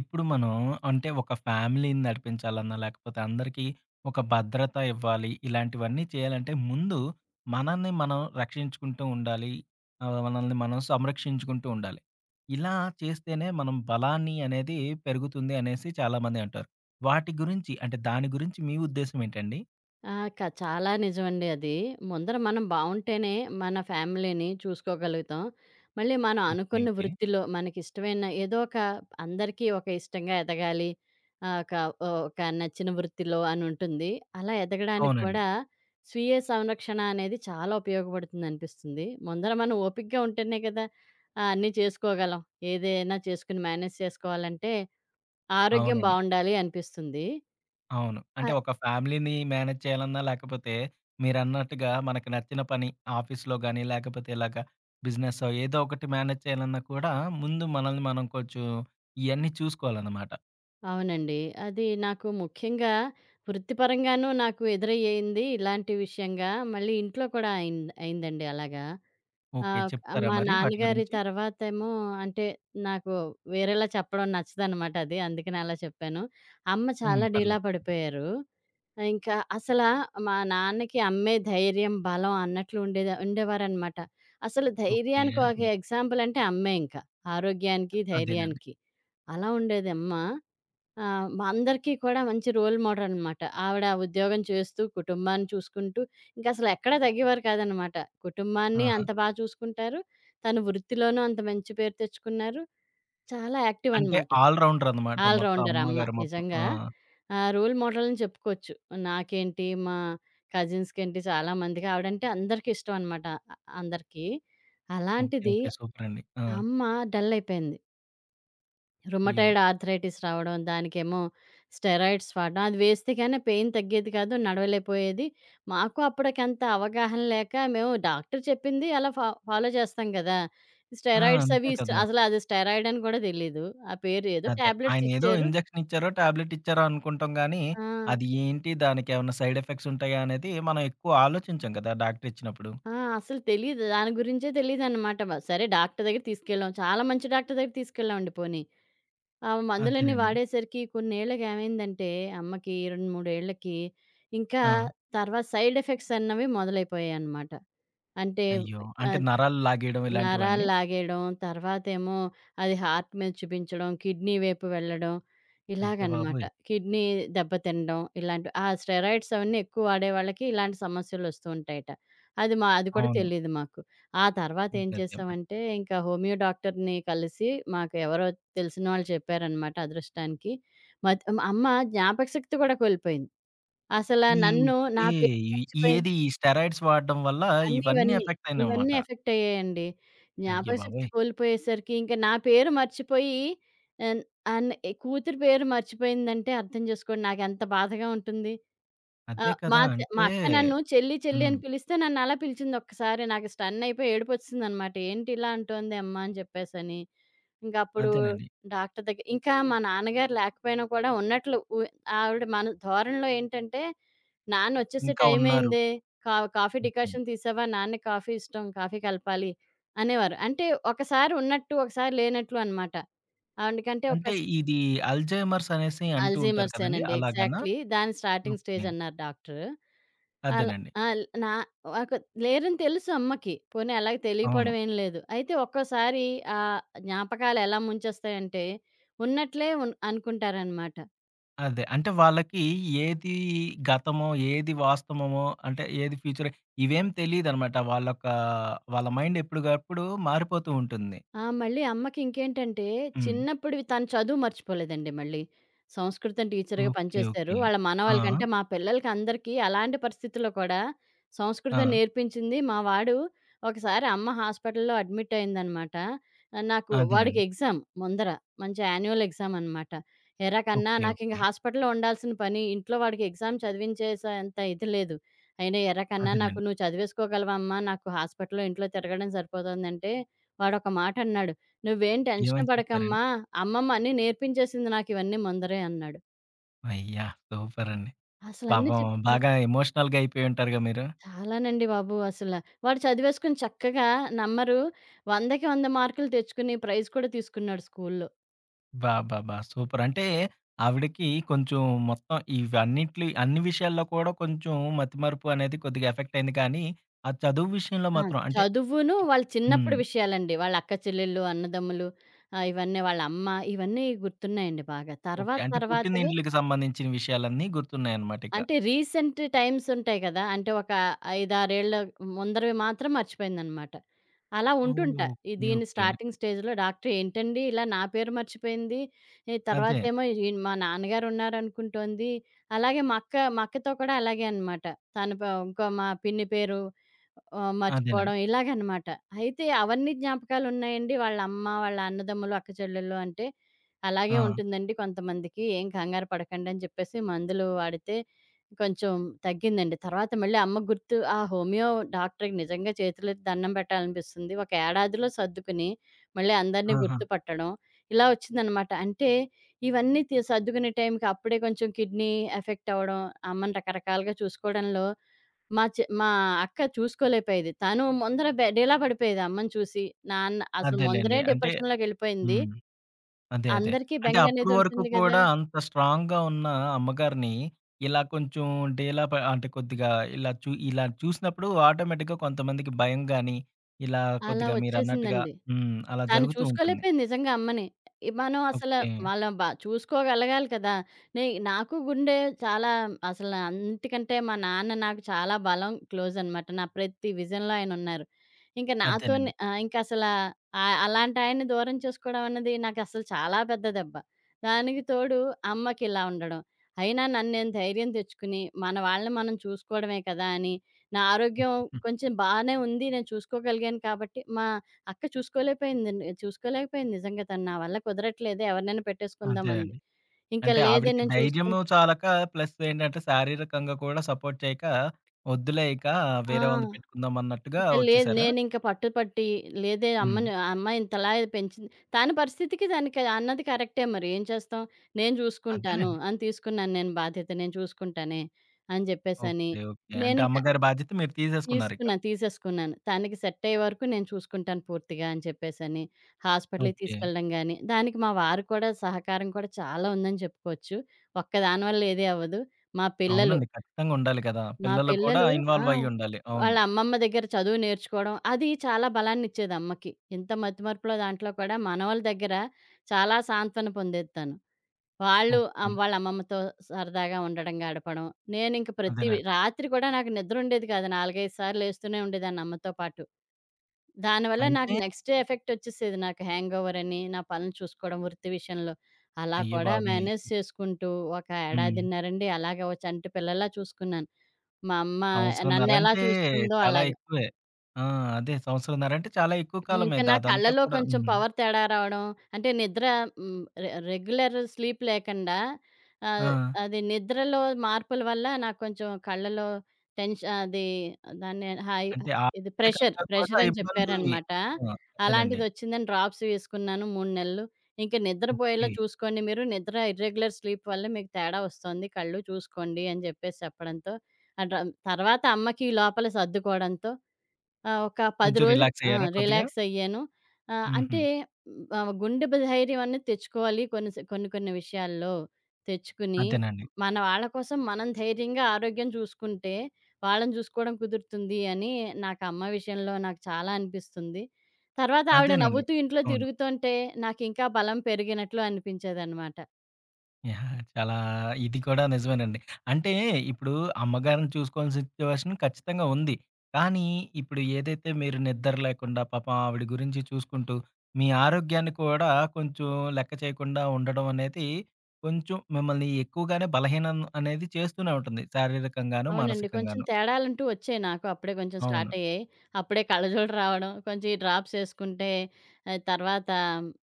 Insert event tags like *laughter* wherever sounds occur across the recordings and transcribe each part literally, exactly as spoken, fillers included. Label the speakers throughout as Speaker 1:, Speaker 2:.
Speaker 1: ఇప్పుడు మనం అంటే ఒక ఫ్యామిలీని నడిపించాలన్నా, లేకపోతే అందరికీ ఒక భద్రత ఇవ్వాలి. ఇలాంటివన్నీ చేయాలంటే ముందు మనల్ని మనం రక్షించుకుంటూ ఉండాలి. ఆహ్, మనల్ని మనం సంరక్షించుకుంటూ ఉండాలి. ఇలా చేస్తేనే మనం బలాన్ని అనేది పెరుగుతుంది అనేసి చాలామంది అంటారు. వాటి గురించి అంటే దాని గురించి మీ ఉద్దేశ్యం ఏంటండి?
Speaker 2: ఆ! క చాలా నిజమండి అది. ముందర మనం బావుంటేనే మన ఫ్యామిలీని చూసుకోగలుగుతాం. మళ్ళీ మనం
Speaker 1: ఓకే.
Speaker 2: అనుకున్న
Speaker 1: ఓకే.
Speaker 2: వృత్తిలో మనకిష్టమైన ఏదో ఒక అందరికీ ఒక ఇష్టంగా ఎదగాలి. ఆహ్, ఒక ఒక నచ్చిన వృత్తిలో అనుంటుంది. అలా ఎదగడానికి
Speaker 1: అవునండి.
Speaker 2: కూడా స్వీయ సంరక్షణ అనేది చాలా ఉపయోగపడుతుందనిపిస్తుంది. ముందర మనం ఓపికగా ఉంటేనే కదా, ఆహ్, అన్నీ చేసుకోగలం. ఏదైనా చేసుకొని మేనేజ్ చేసుకోవాలంటే ఆరోగ్యం
Speaker 1: అవునండి.
Speaker 2: బావుండాలి అనిపిస్తుంది.
Speaker 1: అవును. అంటే ఒక ఫ్యామిలీని మేనేజ్ చేయాలన్నా, లేకపోతే మీరన్నట్టుగా మనకు నచ్చిన పని ఆఫీస్‌లో గాని, లేకపోతే ఇలాగ బిజినెస్సో ఏదో ఒకటి మేనేజ్ చేయాలన్నా కూడా ముందు మనల్ని మనం కొంచెం ఇయన్నీ చూసుకోవాలన్నమాట.
Speaker 2: అవునండి. అది నాకు ముఖ్యంగా వృత్తిపరంగాను నాకు ఎదురయ్యింది ఇలాంటి విషయంగా. మళ్ళీ ఇంట్లో కూడా అయింద్ అయిందండి అలాగా.
Speaker 1: ఓకే.
Speaker 2: ఆహ్,
Speaker 1: చెప్తారా
Speaker 2: మా
Speaker 1: మరి వాటి
Speaker 2: నాన్నగారి
Speaker 1: గురించి?
Speaker 2: తర్వాతేమో అంటే నాకు వేరేలా చెప్పడం నచ్చదనమాట అది. అందుకనే అలా చెప్పాను. అమ్మ
Speaker 1: హ్మ్.
Speaker 2: చాలా డీలా
Speaker 1: పర్లేదు. పర్లేదు.
Speaker 2: పడిపోయారు. ఆ, ఇంకా అసలా మా నాన్నకి అమ్మే ధైర్యం, బలం అన్నట్లు ఉండేది ఉండేవారనమాట. అసలు
Speaker 1: ఓకే.
Speaker 2: ధైర్యానికి ఒక
Speaker 1: అదే.
Speaker 2: ఎగ్జాంపుల్ అంటే అమ్మే ఇంకా. ఆరోగ్యానికి,
Speaker 1: అదేనండి.
Speaker 2: ధైర్యానికి. అలా ఉండేదమ్మ. ఆ! మా అందరికీ కూడా మంచి రోల్ మోడల్ అనమాట. ఆవిడ ఉద్యోగం చేస్తూ, కుటుంబాన్ని చూసుకుంటూ, ఇంకసలు ఎక్కడా తగ్గేవారు కాదనమాట. కుటుంబాన్ని
Speaker 1: ఆహా!
Speaker 2: అంత బా చూసుకుంటారు. తను వృత్తిలోనూ అంత మంచి పేరు తెచ్చుకున్నారు. చాలా యాక్టివ్
Speaker 1: అంటే
Speaker 2: అనమాట.
Speaker 1: ఆల్ రౌండర్ అన్నమాట
Speaker 2: ఆల్
Speaker 1: మొత్తం
Speaker 2: రౌండర్ అమ్మ
Speaker 1: అమ్మగారు మొత్తం.
Speaker 2: నిజంగా.
Speaker 1: ఆ!
Speaker 2: ఆహ్, రోల్ మోడల్ అని చెప్పుకోవచ్చు. నాకేంటి, మా కజిన్స్‌కేంటి చాలా మందికి ఆవిడంటే అందరికీ ఇష్టం అనమాట. అందరికీ.
Speaker 1: ఓకే.
Speaker 2: అలాంటిది
Speaker 1: ఓకే. సూపరండి. ఆ!
Speaker 2: ఆ అమ్మ డల్ అయిపోయింది.
Speaker 1: అయ్యో!
Speaker 2: రుమటైడ్ ఆర్థరైటిస్ రావడం, దానికేమో స్టెరాయిడ్స్ వాడడం. అది వేస్తే కానీ పెయిన్ తగ్గేది కాదు. నడవలేకపోయేది. మాకు అప్పటికంత అవగాహన లేక మేము డాక్టర్ చెప్పింది అలా ఫా ఫాలో చేస్తాం కదా!
Speaker 1: ఆ!
Speaker 2: స్టెరాయిడ్స్ అవి
Speaker 1: అంతే
Speaker 2: ఇస్
Speaker 1: కదా!
Speaker 2: అసలు అది స్టెరాయిడ్ అని కూడా తెలీదు. ఆ పేరు ఏదో
Speaker 1: అదే.
Speaker 2: టాబ్లెట్స్
Speaker 1: ఆయనేదో
Speaker 2: ఇచ్చారు.
Speaker 1: ఇంజెక్షన్ ఇచ్చారో, టాబ్లెట్ ఇచ్చారో అనుకుంటాం గానీ,
Speaker 2: ఆ!
Speaker 1: అది ఏంటి, దానికేమన్నా సైడ్ ఎఫెక్ట్స్ ఉంటాయా అనేది మనం ఎక్కువ ఆలోచించం కదా! డాక్టర్ ఇచ్చినప్పుడు.
Speaker 2: ఆ! అసలు తెలీదు. దాని గురించే తెలీదనమాట. వ సరే డాక్టర్ దగ్గరికి తీసుకెళ్ళాం. చాలా మంచి డాక్టర్ దగ్గరికి తీసుకెళ్ళామండి పోనీ. ఆమె మందులన్నీ
Speaker 1: అదేనండి.
Speaker 2: వాడేసరికి కొన్నేళ్ళకి ఏమైందంటే అమ్మకి రెండు, మూడు ఏళ్ళకి ఇంకా
Speaker 1: ఆ!
Speaker 2: తర్వాత సైడ్ ఎఫెక్ట్స్ అన్నవి మొదలైపోయాయన్నమాట. అంటే
Speaker 1: అయ్యో! అంటే
Speaker 2: ఆహ్,
Speaker 1: నరాలు లాగేయడం ఇలాంటివా
Speaker 2: నరాలు
Speaker 1: అండి?
Speaker 2: లాగేయడం. తర్వాతేమో అది హార్ట్ మీద చూపించడం. కిడ్నీ వైపు వెళ్ళడం.
Speaker 1: అయ్య
Speaker 2: ఇలాగనమాట.
Speaker 1: బాబోయ్!
Speaker 2: కిడ్నీ దెబ్బతినడం. ఇలాంటివి. ఆ స్టెరాయిడ్స్ అవన్నీ ఎక్కువ వాడే వాళ్ళకి ఇలాంటి సమస్యలొస్తూ ఉంటాయట. అది మా అది కూడా
Speaker 1: అవును.
Speaker 2: తెలీదు మాకు. ఆ తర్వాతేం
Speaker 1: అదే. అదే. మరి.
Speaker 2: చేశామంటే ఇంకా హోమియో డాక్టర్‌ని కలిసి మాకు ఎవరో తెలిసిన వాళ్ళు చెప్పారనమాట అదృష్టానికి. మత్ మా అమ్మ జ్ఞాపకశక్తి కూడా కోల్పోయింది. అసల
Speaker 1: ఈ
Speaker 2: నన్ను నా
Speaker 1: ఓకే.
Speaker 2: పేరు
Speaker 1: ఈ ఈ
Speaker 2: మర్చిపోయింది.
Speaker 1: ఏది ఈ స్టెరాయిడ్స్ వాడడం వల్ల
Speaker 2: అన్నీ
Speaker 1: ఇవన్నీ
Speaker 2: ఇవన్నీ.
Speaker 1: ఎఫెక్ట్ అయినాయన్నమాట.
Speaker 2: ఇవన్నీ ఎఫెక్ట్ అయ్యాయండి.
Speaker 1: అయ్య
Speaker 2: జ్ఞాపకశక్తి
Speaker 1: బాబోయ్!
Speaker 2: కోల్పోయేసరికి ఇంక నా పేరు మర్చిపోయి, ఆహ్, అన్ ఏ కూతురు పేరు మర్చిపోయిందంటే అర్థం చేసుకోండి నాకెంత బాధగా ఉంటుంది.
Speaker 1: అదే
Speaker 2: ఆహ్, మా
Speaker 1: కదా!
Speaker 2: చె మా
Speaker 1: అంటే
Speaker 2: అక్క నన్ను చెల్లి, చెల్లి
Speaker 1: హ్మ్.
Speaker 2: అని పిలిస్తే నన్ను అలా పిలిచింది ఒక్కసారి. నాకు స్టన్ అయిపోయి ఏడుపొచ్చేసిందనమాట. ఏంటి ఇలా అంటోంది అమ్మ అని చెప్పేసని. ఇంకప్పుడు
Speaker 1: అదేనండి.
Speaker 2: డాక్టర్ దగ్గర ఇంకా మా నాన్నగారు లేకపోయినా కూడా ఉన్నట్లు ఉ ఆవిడ మన ధోరణిలో ఏంటంటే, "నాన్నొచ్చేసే
Speaker 1: ఇంకా ఉన్నారు.
Speaker 2: టైమయిందే. కా కాఫీ
Speaker 1: ఓకే.
Speaker 2: డికాషన్ తీసావా? నాన్నకి కాఫీ ఇష్టం. కాఫీ కలపాలి" అనేవారు. అంటే ఒకసారి ఉన్నట్టు, ఒకసారి లేనట్లు అనమాట. ఆవిడకంటే ఒక
Speaker 1: అంటే ఇది అల్‌జైమర్స్ అనేసి అంటూ ఉంటారు కదండీ!
Speaker 2: అల్జీమర్సేనండి.
Speaker 1: అలాగనా?
Speaker 2: ఎగ్జాక్ట్‌లీ. దాని స్టార్టింగ్
Speaker 1: ఓకే.
Speaker 2: స్టేజ్ అన్నారు డాక్టరు. అలా
Speaker 1: అదేనండి.
Speaker 2: ఆ! ల్ నా ఒక లేరని తెలుసు అమ్మకి. పోనీ అలాగే
Speaker 1: అవును.
Speaker 2: తెలియపోవడం ఏం లేదు. అయితే ఒక్కోసారి ఆ జ్ఞాపకాలు ఎలా ముంచేస్తాయంటే ఉన్నట్లే ఉన్ అనుకుంటారనమాట.
Speaker 1: అదే. అంటే వాళ్ళకి ఏది గతమో, ఏది వాస్తవమో, అంటే ఏది ఫ్యూచరో ఇవేం తెలీదనమాట. వాళ్ళొక వాళ్ళ మైండ్ ఎప్పటికప్పుడు మారిపోతూ ఉంటుంది.
Speaker 2: ఆ! మళ్ళీ అమ్మకింకేంటంటే,
Speaker 1: హ్మ్.
Speaker 2: చిన్నప్పుడివి తను చదువు మర్చిపోలేదండి మళ్ళీ. సంస్కృతం టీచర్‌గా
Speaker 1: ఓకే.
Speaker 2: పనిచేశారు.
Speaker 1: ఓకే.
Speaker 2: వాళ్ళ
Speaker 1: ఆ!
Speaker 2: మనవళ్ళకంటే మా పిల్లలకందరికీ అలాంటి పరిస్థితుల్లో కూడా
Speaker 1: ఆ!
Speaker 2: సంస్కృతం నేర్పించింది. మా వాడు ఒకసారి అమ్మ హాస్పిటల్‌లో అడ్మిట్ అయిందనమాట. ఆహ్, నాకు వాడికి
Speaker 1: అదేనండి.
Speaker 2: ఎగ్జామ్ ముందర. మంచి యాన్యువల్ ఎగ్జామ్ అనమాట. "ఏరా కన్నా!
Speaker 1: ఓకే.
Speaker 2: నాకింక
Speaker 1: ఓకే.
Speaker 2: హాస్పిటల్‌లో ఉండాల్సిన పని, ఇంట్లో వాడికి ఎగ్జామ్ చదివించేసేంత ఇది లేదు. అయినా ఎరా కన్నా! నాకు
Speaker 1: అదేనండి.
Speaker 2: నువ్వు చదివేసుకోగలవా అమ్మా? నాకు హాస్పిటల్‌లో, ఇంట్లో తిరగడం సరిపోతోందంటే." వాడొక మాటన్నాడు. "నువ్వేం టెన్షన్
Speaker 1: ఏమని చెప్పారండి?
Speaker 2: పడకమ్మా! అమ్మమ్మ అన్నీ నేర్పించేసింది నాకివన్నీ ముందరే" అన్నాడు.
Speaker 1: అయ్యా! సూపరండి.
Speaker 2: అసలన్నీ
Speaker 1: పాపం
Speaker 2: చెప్ ఆ!
Speaker 1: బాగా ఎమోషనల్‌గా అయిపోయుంటారుగా మీరు?
Speaker 2: చాలానండి బాబు అసల. వాడు చదివేసుకొని చక్కగా నంబరు 100కి వంద మార్కులు తెచ్చుకుని ప్రైజ్ కూడా తీసుకున్నాడు స్కూల్లో.
Speaker 1: బా! బా! బా! సూపర్. అంటే ఆవిడకి కొంచెం మొత్తం ఇవన్నిట్లి అన్ని విషయాల్లో కూడా కొంచెం మతిమరుపు అనేది కొద్దిగా ఎఫెక్ట్ అయింది కానీ, ఆ చదువు విషయంలో
Speaker 2: ఆ!
Speaker 1: మాత్రం అంటే
Speaker 2: చదువును
Speaker 1: ఇక
Speaker 2: వాళ్ళ
Speaker 1: హ్మ్.
Speaker 2: చిన్నప్పుడు విషయాలండి. వాళ్ళ అక్క చెల్లెళ్ళు, అన్నదమ్ములు, ఆహ్, ఇవన్నీ వాళ్ళ అమ్మ ఇవన్నీ గుర్తున్నాయండి బాగా.
Speaker 1: ఓకే.
Speaker 2: తర్వాత
Speaker 1: అంటే
Speaker 2: తర్వాతవి
Speaker 1: పుట్టినిండ్లకి సంబంధించిన విషయాలన్నీ గుర్తున్నాయన్నమాటిక.
Speaker 2: అంటే రీసెంట్ టైమ్స్ ఉంటాయి కదా! అంటే ఒక ఐదు, ఆరు ఏళ్ల ముందరవి మాత్రం మర్చిపోయిందనమాట. అలా ఉంటుంటా. ఈ
Speaker 1: ఓకే.
Speaker 2: దీని
Speaker 1: ఓకే.
Speaker 2: స్టార్టింగ్ స్టేజ్‌లో డాక్టర్ ఏంటండి ఇలా నా పేరు మర్చిపోయింది. ఈ
Speaker 1: అదే.
Speaker 2: తర్వాతేమో ఈ మా నాన్నగారున్నారనుకుంటోంది. అలాగే మా అక్క మా అక్కతో కూడా అలాగే అనమాట. తన ప ఇంకో మా పిన్ని పేరు ఆహ్,
Speaker 1: అదేనండి.
Speaker 2: మర్చిపోవడం ఇలాగనమాట. అయితే అవన్నీ జ్ఞాపకాలున్నాయండి. వాళ్ళమ్మ, వాళ్ళ అమ్మ వాళ్ళ అన్నదమ్ములు, అక్క చెల్లెళ్ళు అంటే అలాగే
Speaker 1: ఆ!
Speaker 2: ఉంటుందండి కొంతమందికి. ఏం కంగారు పడకండి అని చెప్పేసి మందులు వాడితే కొంచెం తగ్గిందండి. తర్వాత మళ్ళీ అమ్మ గుర్తు ఆ హోమియో డాక్టర్‌కి నిజంగా చేతులెత్తి దండం పెట్టాలనిపిస్తుంది. ఒక ఏడాదిలో సర్దుకుని, మళ్ళీ అందరిని
Speaker 1: ఆహా!
Speaker 2: గుర్తుపట్టడం, ఇలా వచ్చిందనమాట. అంటే ఇవన్నీ తి సర్దుకునే టైంకి అప్పుడే కొంచెం కిడ్నీ ఎఫెక్ట్ అవ్వడం, అమ్మని రకరకాలుగా చూసుకోవడంలో మా చె మా అక్క చూసుకోలేకపోయేది. తను ముందర బె డీలా పడిపోయేది అమ్మని చూసి. నాన్న అసలు
Speaker 1: అదేలెండి.
Speaker 2: ముందరే
Speaker 1: అంటే
Speaker 2: డిప్రెషన్‌లోకెళ్ళిపోయింది.
Speaker 1: హ్మ్. అదే. అదే.
Speaker 2: అందరికీ
Speaker 1: అంటే అప్పటి
Speaker 2: బెంగనేది
Speaker 1: వరకు
Speaker 2: ఉంటుంది గదా!
Speaker 1: కూడా అంత స్ట్రాంగ్‌గా ఉన్న అమ్మగారిని ఇలా కొంచెం డీలా ప అంటే కొద్దిగా ఇలా చూ ఇలా చూసినప్పుడు ఆటోమేటిక్‌గా కొంతమందికి భయం గాని, ఇలా
Speaker 2: అలా
Speaker 1: కొద్దిగా మీరన్నట్టుగా
Speaker 2: వచ్చేసిందండి.
Speaker 1: హ్మ్. అలా
Speaker 2: తను
Speaker 1: జరుగుతూ ఉంటుంది.
Speaker 2: చూసుకోలేకపోయింది నిజంగా అమ్మని. ఈ మనం అసల
Speaker 1: ఓకే.
Speaker 2: వాళ్ళ బ చూసుకోగలగాలి కదా! నే నాకు గుండె చాలా అసలు నా అన్నిటికంటే మా నాన్న నాకు చాలా బలం, క్లోజ్ అనమాట. నా ప్రతి విజన్‌లో ఆయనున్నారు. ఇంక నాతోనే
Speaker 1: అదేనండి.
Speaker 2: ఆహ్, ఇంకసల ఆహ్, అలాంటాయన్ని దూరం చేసుకోవడం అన్నది నాకసలు చాలా పెద్ద దెబ్బ. దానికి తోడు అమ్మకిలా ఉండడం. అయినా నన్ను నేను ధైర్యం తెచ్చుకుని, మన వాళ్ళని మనం చూసుకోవడమే కదా! అని నా ఆరోగ్యం
Speaker 1: *laughs*
Speaker 2: కొంచెం బానే ఉంది. నేను చూసుకోగలిగాను కాబట్టి మా అక్క చూసుకోలేకపోయిందండి. చూసుకోలేకపోయింది నిజంగా తను. నా వల్ల కుదరట్లేదు ఎవరినైనా పెట్టేసుకుందాం అంది.
Speaker 1: అదేనండి.
Speaker 2: ఇంకా
Speaker 1: అంటే
Speaker 2: లేదే
Speaker 1: ఆవిడకి
Speaker 2: నేను
Speaker 1: ధైర్యము
Speaker 2: చూసుకుంటా
Speaker 1: చాలక ప్లస్ ఏంటంటే శారీరకంగా కూడా సపోర్ట్ చేయక, వద్దులే ఇక
Speaker 2: ఆ!
Speaker 1: వేరే వాళ్ళని పెట్టుకుందాం అన్నట్టుగా
Speaker 2: ఇంకా లేదు
Speaker 1: వచ్చేసారా?
Speaker 2: నేనింక పట్టుపట్టి లేదే
Speaker 1: హ్మ్.
Speaker 2: అమ్మని ఆ అమ్మ ఇంతలా పెంచింది. తన పరిస్థితికి తనకి అన్నది కరెక్టే మరి ఏం చేస్తాం. నేను చూసుకుంటాను
Speaker 1: అదేలెండి.
Speaker 2: అని తీసుకున్నాను నేను బాధ్యత. నేను చూసుకుంటానే అని చెప్పేసని,
Speaker 1: ఓకే. ఓకే. అంటే
Speaker 2: నేనింక
Speaker 1: అమ్మగారి బాధ్యత మీరు తీసేసుకున్నారిక.
Speaker 2: తీసుకున్నాను. తీసేసుకున్నాను. తనకి సెట్ అయ్యే వరకు నేను చూసుకుంటాను పూర్తిగా అని చెప్పేసని, హాస్పిటల్‌కి
Speaker 1: ఓకే.
Speaker 2: తీసుకెళ్ళడం గాని, దానికి మా వారు కూడా సహకారం కూడా చాలా ఉందని చెప్పుకోవచ్చు. ఒక్కదాని వల్ల ఏది అవ్వదు. మా పిల్లలు,
Speaker 1: అవునండి. ఖచ్చితంగా ఉండాలి కదా!
Speaker 2: మా
Speaker 1: పిల్లలు కూడా
Speaker 2: పిల్లలు ఆ!
Speaker 1: ఇన్వాల్వ్ అయ్యుండాలి.
Speaker 2: వాళ్ళ
Speaker 1: అవును.
Speaker 2: అమ్మమ్మ దగ్గర చదువు నేర్చుకోవడం, అది చాలా బలాన్నిచ్చేది అమ్మకి. ఇంత మతిమరుపులో దాంట్లో కూడా మనవల దగ్గర చాలా సాంత్వన పొందేది తను. వాళ్ళు
Speaker 1: ఓకే.
Speaker 2: అమ్ వాళ్ళ అమ్మమ్మతో సరదాగా ఉండడం, గడపడం. నేనింక ప్రతి వి
Speaker 1: అదేనండి.
Speaker 2: రాత్రి కూడా నాకు నిద్రుండేది కాదు. నాలుగు, ఐదు సార్లు లేస్తూనే ఉండేదాన్ని అమ్మతో పాటు. దానివల్ల హ్మ్.
Speaker 1: అయితే
Speaker 2: నాకు నెక్స్ట్ డే ఎఫెక్టొచ్చేసేది. నాకు హ్యాంగోవర్ అని, నా పనులు చూసుకోవడం వృత్తి విషయంలో. అలా
Speaker 1: అయ్య
Speaker 2: కూడా
Speaker 1: బాబోయ్!
Speaker 2: మేనేజ్ చేసుకుంటూ ఒక
Speaker 1: హ్మ్.
Speaker 2: ఏడాదిన్నరండి అలాగే ఓ చంటి పిల్లలా చూసుకున్నాను. మా అమ్మ
Speaker 1: సంవత్సరంన్నర
Speaker 2: నన్నెలా
Speaker 1: అంటే
Speaker 2: చూస్తుందో
Speaker 1: చాలా
Speaker 2: అలాగ.
Speaker 1: ఎక్కువే. ఆ! అదే సంవత్సరంన్నర అంటే చాలా ఎక్కువ
Speaker 2: హ్మ్.
Speaker 1: కాలమే.
Speaker 2: ఇంకా
Speaker 1: దా-
Speaker 2: నా
Speaker 1: అదంతా
Speaker 2: కళ్ళలో
Speaker 1: కూడా
Speaker 2: కొంచెం
Speaker 1: హ్మ్.
Speaker 2: పవర్ తేడా రావడం, అంటే నిద్ర, హ్మ్. రె రెగ్యులర్ స్లీప్ లేకుండా,
Speaker 1: ఆ!
Speaker 2: ఆహ్, అది నిద్రలో మార్పుల వల్ల నాకు కొంచెం కళ్ళలో టెన్ష అది దాన్ని హై
Speaker 1: అంటే
Speaker 2: ఇది ప్రెషర్,
Speaker 1: ఆరోగ్యకరంగా కూడా
Speaker 2: ప్రెషర్ అని
Speaker 1: ఇబ్బందుల్ని
Speaker 2: చెప్పారనమాట.
Speaker 1: ఆ! అదేనండి.
Speaker 2: అలాంటిదొచ్చిందని డ్రాప్స్ వేసుకున్నాను మూడు నెలలు. ఇంక నిద్రపోయేలా
Speaker 1: ఓకే.
Speaker 2: చూసుకోండి మీరు. నిద్ర ఇర్రెగ్యులర్ స్లీప్ వల్ల మీకు తేడా వస్తోంది. కళ్ళు చూసుకోండి అని చెప్పేసి చెప్పడంతో, ఆ డ్ర తర్వాత అమ్మకి ఈ లోపల సర్దుకోవడంతో ఆ! ఒక పది
Speaker 1: కొంచెం
Speaker 2: రోజులు
Speaker 1: రిలాక్స్
Speaker 2: ఆ!
Speaker 1: అయ్యారా కొద్దిగా?
Speaker 2: రిలాక్స్ అయ్యాను. ఆహ్,
Speaker 1: హుహు.
Speaker 2: అంటే ఆహ్, గుండె బ ధైర్యం అనేది తెచ్చుకోవాలి కొన్ని స కొన్ని కొన్ని విషయాల్లో తెచ్చుకుని,
Speaker 1: అదేనండి.
Speaker 2: మన వాళ్ళ కోసం మనం ధైర్యంగా ఆరోగ్యం చూసుకుంటే, వాళ్ళని చూసుకోవడం కుదురుతుంది అని నాకు అమ్మ విషయంలో నాకు చాలా అనిపిస్తుంది. తర్వాత ఆవిడ
Speaker 1: అదేనండి.
Speaker 2: నవ్వుతూ ఇంట్లో
Speaker 1: అవును.
Speaker 2: తిరుగుతుంటే నాకింకా బలం పెరిగినట్లు అనిపించేదనమాట.
Speaker 1: యాహ్! చాలా ఇది కూడా నిజమేనండి. అంటే ఇప్పుడు అమ్మగారిని చూసుకోవాల్సిన సిట్యుయేషన్ ఖచ్చితంగా ఉంది. కానీ ఇప్పుడు ఏదైతే మీరు నిద్ర లేకుండా పాపం ఆవిడ గురించి చూసుకుంటూ, మీ ఆరోగ్యాన్ని కూడా కొంచెం లెక్క చేయకుండా ఉండడం అనేది కొంచెం మిమ్మల్ని ఎక్కువగానే బలహీనం అనేది చేస్తూనే ఉంటుంది. శారీరకంగాను,
Speaker 2: అవునండి. కొంచెం
Speaker 1: మానసికంగాను.
Speaker 2: తేడాలంటూ వచ్చాయి నాకు. అప్పుడే కొంచెం
Speaker 1: అవును.
Speaker 2: స్టార్ట్ అయ్యాయి. అప్పుడే కళ్ళజోడు రావడం, కొంచెం ఈ డ్రాప్స్ ఏసుకుంటే ఆహ్, తర్వాత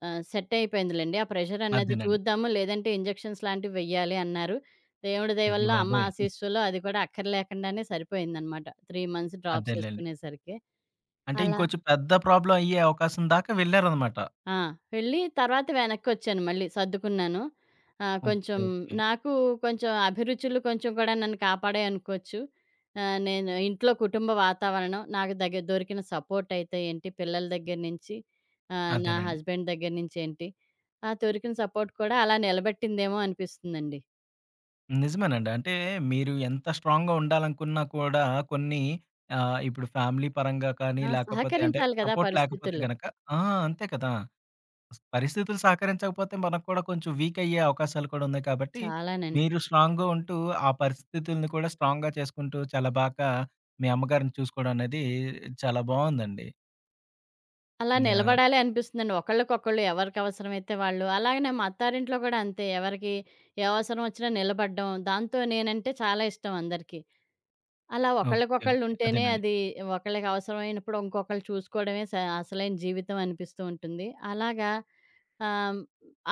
Speaker 2: ఆహ్, సెట్ అయిపోయిందిలెండి. ఆ ప్రెషర్ అన్నది
Speaker 1: అదేనండి.
Speaker 2: చూద్దాము. లేదంటే ఇంజెక్షన్స్ లాంటివి వెయ్యాలి అన్నారు. దేవుడి దయ వల్ల
Speaker 1: అయ్య
Speaker 2: అమ్మ
Speaker 1: బాబోయ్!
Speaker 2: ఆశీస్సులో అది కూడా అక్కర్లేకుండానే సరిపోయిందనమాట. మూడు మంత్స్ డ్రాప్స్
Speaker 1: అదేలెండి.
Speaker 2: ఏసుకునేసరికి.
Speaker 1: అంటే
Speaker 2: అలా
Speaker 1: ఇంకొంచెం పెద్ద ప్రాబ్లమ్ అయ్యే అవకాశం దాకా వెళ్లారన్నమాట.
Speaker 2: ఆ! వెళ్ళి తర్వాత వెనక్కొచ్చాను మళ్ళీ సర్దుకున్నాను. ఆహ్,
Speaker 1: ఓకే.
Speaker 2: కొంచెం
Speaker 1: ఓకే.
Speaker 2: నాకు కొంచెం అభిరుచులు కొంచెం కూడా నన్ను కాపాడాయనుకోవచ్చు. ఆహ్, నేను ఇంట్లో కుటుంబ వాతావరణం, నాకు దగ్గర దొరికిన సపోర్టయితే ఏంటి, పిల్లల దగ్గర నుంచి, ఆహ్, నా
Speaker 1: అదేనండి.
Speaker 2: హస్బెండ్ దగ్గర నుంచేంటి, ఆ దొరికిన సపోర్ట్ కూడా అలా నిలబెట్టిందేమో అనిపిస్తుందండి.
Speaker 1: నిజమేనండి. అంటే మీరు ఎంత స్ట్రాంగ్‌గా ఉండాలనుకున్నా కూడా కొన్ని ఆహ్, ఇప్పుడు ఫ్యామిలీ పరంగా కానీ
Speaker 2: ఆ!
Speaker 1: లేకపోతే అంటే
Speaker 2: సహకరించాలి కదా
Speaker 1: సపోర్ట్ లేకపోతే
Speaker 2: పరిస్థితులు.
Speaker 1: గనక ఆ! అంతే కదా! పరిస్థితులు సహకరించకపోతే మనకు కూడా కొంచెం వీక్ అయ్యే అవకాశాలు కూడా ఉన్నాయి కాబట్టి
Speaker 2: చాలానండి.
Speaker 1: మీరు స్ట్రాంగ్‌గా ఉంటూ ఆ పరిస్థితుల్ని కూడా స్ట్రాంగ్‌గా చేసుకుంటూ చాలా బాగా మీ అమ్మగారిని చూసుకోవడం అనేది చాలా బావుందండి.
Speaker 2: అలా
Speaker 1: యాహ్!
Speaker 2: నిలబడాలి అనిపిస్తుందండి. ఒకళ్ళకొకళ్ళు ఎవరికవసరమైతే వాళ్ళు. అలాగనే మా అత్తారింట్లో కూడా అంతే. ఎవరికి ఏ అవసరం వచ్చినా నిలబడ్డం. దాంతో నేనంటే చాలా ఇష్టం అందరికీ. అలా
Speaker 1: ఓకే.
Speaker 2: ఒకళ్ళకొకళ్ళు
Speaker 1: ఓకే.
Speaker 2: ఉంటేనే
Speaker 1: అదేనండి.
Speaker 2: అది ఒకళ్ళకి అవసరమైనప్పుడు ఇంకొకళ్ళు చూసుకోవడమే స అసలైన జీవితం అనిపిస్తూ ఉంటుంది. అలాగా ఆహ్,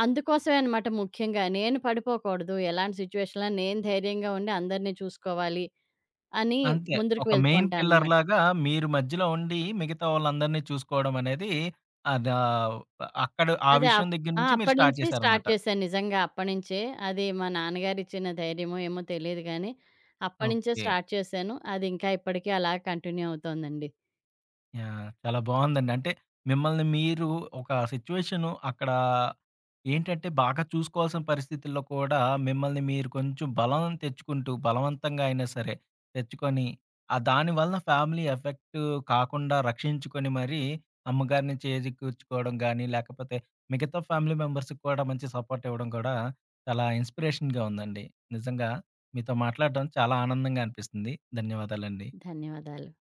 Speaker 2: అందుకోసమే అనమాట ముఖ్యంగా. నేను పడిపోకూడదు. ఎలాంటి సిట్యుయేషన్‌లో నేను ధైర్యంగా ఉండి అందరిని చూసుకోవాలి అని
Speaker 1: అంతే.
Speaker 2: ముందరికి
Speaker 1: ఒక
Speaker 2: వెళ్తూ
Speaker 1: మెయిన్
Speaker 2: ఉంటాననమాట.
Speaker 1: పిల్లర్‌లాగా మీరు మధ్యలో ఉండి మిగతా వాళ్ళందరిని చూసుకోవడం అనేది అదా అక్కడ ఆ
Speaker 2: అదే
Speaker 1: విషయం
Speaker 2: అప్
Speaker 1: దగ్గర
Speaker 2: ఆ!
Speaker 1: నుంచి మీరు స్టార్ట్
Speaker 2: అప్పటినుంచి స్టార్ట్
Speaker 1: చేశారన్నమాట.
Speaker 2: చేశాను నిజంగా అప్పటినుంచే. అది మా నాన్నగారిచ్చిన ధైర్యమో ఏమో తెలీదు గానీ, అప్పటినుంచే
Speaker 1: ఓకే.
Speaker 2: స్టార్ట్ చేశాను. అది ఇంకా ఇప్పటికి అలా కంటిన్యూ అవుతోందండి.
Speaker 1: యాహ్! చాలా బావుందండి. అంటే మిమ్మల్ని మీరు ఒక సిట్యుయేషను అక్కడ ఏంటంటే బాగా చూసుకోవాల్సిన పరిస్థితుల్లో కూడా మిమ్మల్ని మీరు కొంచెం బలం తెచ్చుకుంటూ బలవంతంగా అయినా సరే తెచ్చుకొని ఆ దాని వలన ఫ్యామిలీ ఎఫెక్ట్ కాకుండా రక్షించుకొని మరీ అమ్మగారిని చేజిక్కూర్చుకోవడం గానీ, లేకపోతే మిగతా ఫ్యామిలీ మెంబర్స్‌కి కూడా మంచి సపోర్ట్ ఇవ్వడం కూడా చాలా ఇన్స్పిరేషన్‌గా ఉందండి. నిజంగా మీతో మాట్లాడడం చాలా ఆనందంగా అనిపిస్తుంది. ధన్యవాదాలండి.
Speaker 2: ధన్యవాదాలు.